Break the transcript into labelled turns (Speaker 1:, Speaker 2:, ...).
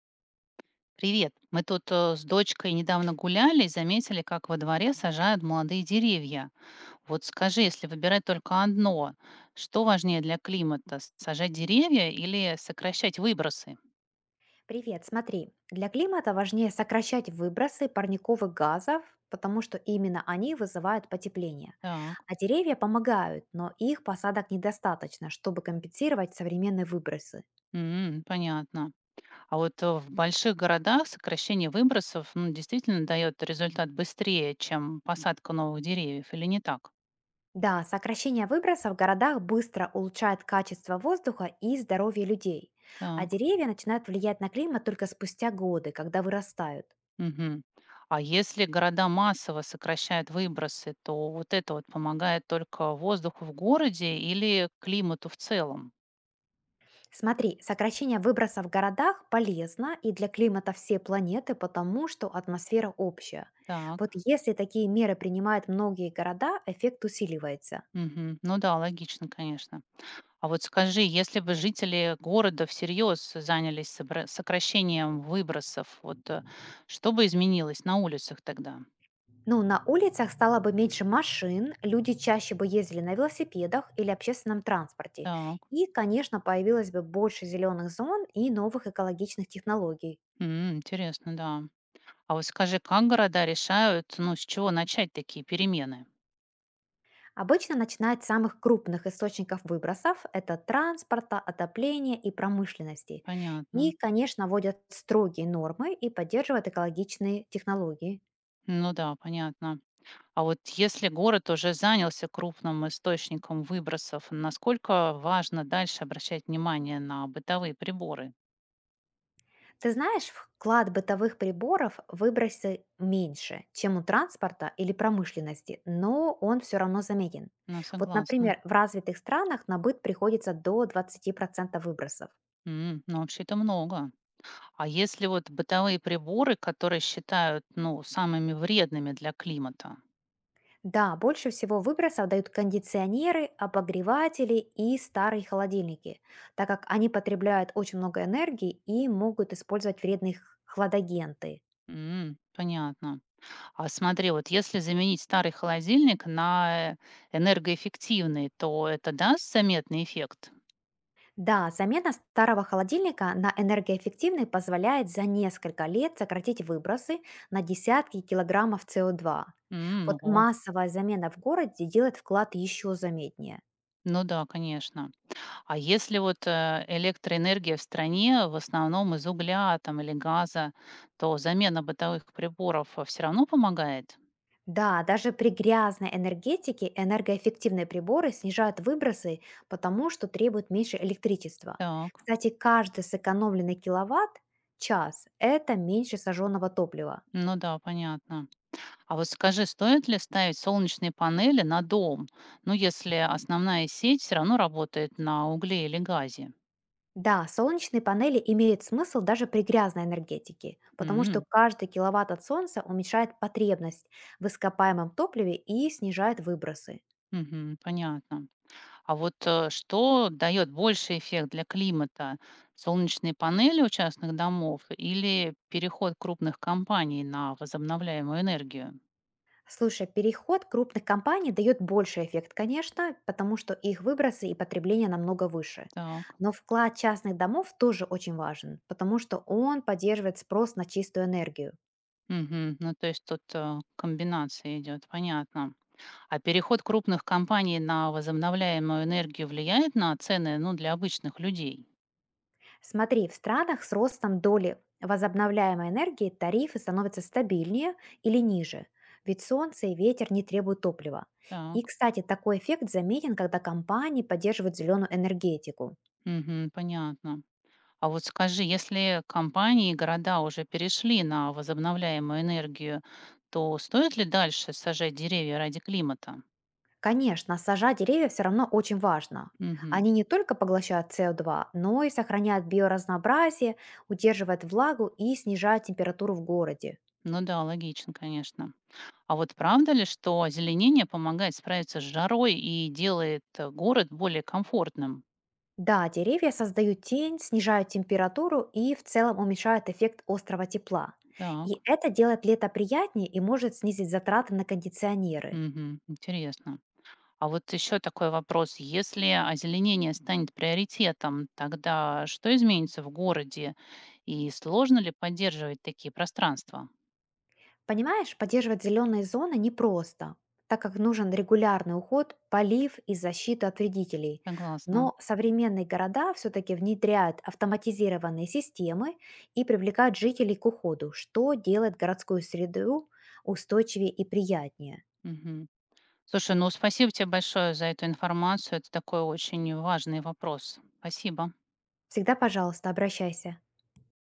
Speaker 1: Привет. Мы тут с дочкой недавно гуляли и заметили, как во дворе сажают молодые деревья. Вот скажи, если выбирать только одно, что важнее для климата? Сажать деревья или сокращать выбросы?
Speaker 2: Привет, смотри, для климата важнее сокращать выбросы парниковых газов, потому что именно они вызывают потепление.
Speaker 1: Так.
Speaker 2: А деревья помогают, но их посадок недостаточно, чтобы компенсировать современные выбросы.
Speaker 1: М, понятно. А вот в больших городах сокращение выбросов, ну, действительно дает результат быстрее, чем посадка новых деревьев, или не так?
Speaker 2: Да, сокращение выбросов в городах быстро улучшает качество воздуха и здоровье людей, а деревья начинают влиять на климат только спустя годы, когда вырастают.
Speaker 1: Мгм. А если города массово сокращают выбросы, то вот это вот помогает только воздуху в городе или климату в целом?
Speaker 2: Смотри, сокращение выбросов в городах полезно и для климата всей планеты, потому что атмосфера общая. Вот
Speaker 1: Так.
Speaker 2: если такие меры принимают многие города, эффект усиливается.
Speaker 1: Мгм. Ну да, логично, конечно. А вот скажи, если бы жители города всерьез занялись сокращением выбросов, что бы изменилось на улицах тогда?
Speaker 2: Ну, на улицах стало бы меньше машин, люди чаще бы ездили на велосипедах или общественном транспорте.
Speaker 1: Так.
Speaker 2: И, конечно, появилось бы больше зеленых зон и новых экологичных технологий.
Speaker 1: М, интересно, да. А вот скажи, как города решают, ну, с чего начать такие перемены?
Speaker 2: Обычно начинают с самых крупных источников выбросов — это транспорта, отопления и промышленности. И,
Speaker 1: Понятно.
Speaker 2: конечно, вводят строгие нормы и поддерживают экологичные технологии.
Speaker 1: Ну да, понятно. А вот если город уже занялся крупным источником выбросов, насколько важно дальше обращать внимание на бытовые приборы?
Speaker 2: Ты знаешь, вклад бытовых приборов выбросы меньше, чем у транспорта или промышленности, но он все равно заметен.
Speaker 1: Ну,
Speaker 2: Вот,
Speaker 1: согласна.
Speaker 2: например, в развитых странах на быт приходится до 20% выбросов.
Speaker 1: М, ну, вообще это много. А если вот бытовые приборы, которые считают, ну, самыми вредными для климата?
Speaker 2: Да, больше всего выбросов дают кондиционеры, обогреватели и старые холодильники, так как они потребляют очень много энергии и могут использовать вредные хладагенты.
Speaker 1: М, понятно. А смотри, вот если заменить старый холодильник на энергоэффективный, то это даст заметный эффект?
Speaker 2: Да, замена старого холодильника на энергоэффективный позволяет за несколько лет сократить выбросы на десятки килограммов СО2.
Speaker 1: М,
Speaker 2: Вот
Speaker 1: ого.
Speaker 2: массовая замена в городе делает вклад еще заметнее.
Speaker 1: Ну да, конечно. А если электроэнергия в стране в основном из угля там, или газа, то замена бытовых приборов все равно помогает?
Speaker 2: Да, даже при грязной энергетике энергоэффективные приборы снижают выбросы, потому что требуют меньше электричества.
Speaker 1: Так,
Speaker 2: Кстати, каждый сэкономленный киловатт-час — это меньше сожженного топлива.
Speaker 1: ну да, понятно. А вот скажи, стоит ли ставить солнечные панели на дом, ну если основная сеть все равно работает на угле или газе?
Speaker 2: Да, солнечные панели имеют смысл даже при грязной энергетике, потому что
Speaker 1: М,
Speaker 2: каждый киловатт от солнца уменьшает потребность в ископаемом топливе и снижает выбросы.
Speaker 1: мгм, понятно. А вот, что дает больший эффект для климата? Солнечные панели у частных домов или переход крупных компаний на возобновляемую энергию?
Speaker 2: Слушай, переход крупных компаний дает больший эффект, конечно, потому что их выбросы и потребление намного выше.
Speaker 1: Так.
Speaker 2: Но вклад частных домов тоже очень важен, потому что он поддерживает спрос на чистую энергию.
Speaker 1: Мгм. Ну, то есть тут, комбинация идет, понятно. А переход крупных компаний на возобновляемую энергию влияет на цены, ну, для обычных людей?
Speaker 2: Смотри, в странах с ростом доли возобновляемой энергии тарифы становятся стабильнее или ниже, ведь солнце и ветер не требуют топлива.
Speaker 1: Так.
Speaker 2: И, кстати, такой эффект заметен, когда компании поддерживают зеленую энергетику.
Speaker 1: Мгм. Понятно. А вот скажи, если компании и города уже перешли на возобновляемую энергию, то стоит ли дальше сажать деревья ради климата?
Speaker 2: Конечно, сажать деревья все равно очень важно.
Speaker 1: Мгм.
Speaker 2: Они не только поглощают СО2, но и сохраняют биоразнообразие, удерживают влагу и снижают температуру в городе.
Speaker 1: Ну да, логично, конечно. А вот правда ли, что озеленение помогает справиться с жарой и делает город более комфортным?
Speaker 2: Да, деревья создают тень, снижают температуру и в целом уменьшают эффект острого тепла.
Speaker 1: Так,
Speaker 2: И это делает лето приятнее и может снизить затраты на кондиционеры.
Speaker 1: мгм, интересно. А вот еще такой вопрос. Если озеленение станет приоритетом, тогда что изменится в городе и сложно ли поддерживать такие пространства?
Speaker 2: Понимаешь, поддерживать зеленые зоны непросто, так как нужен регулярный уход, полив и защита от вредителей.
Speaker 1: Согласна.
Speaker 2: Но современные города все-таки внедряют автоматизированные системы и привлекают жителей к уходу, что делает городскую среду устойчивее и приятнее.
Speaker 1: Мгм. Слушай, ну спасибо тебе большое за эту информацию. Это такой очень важный вопрос. Спасибо.
Speaker 2: Всегда, пожалуйста, обращайся.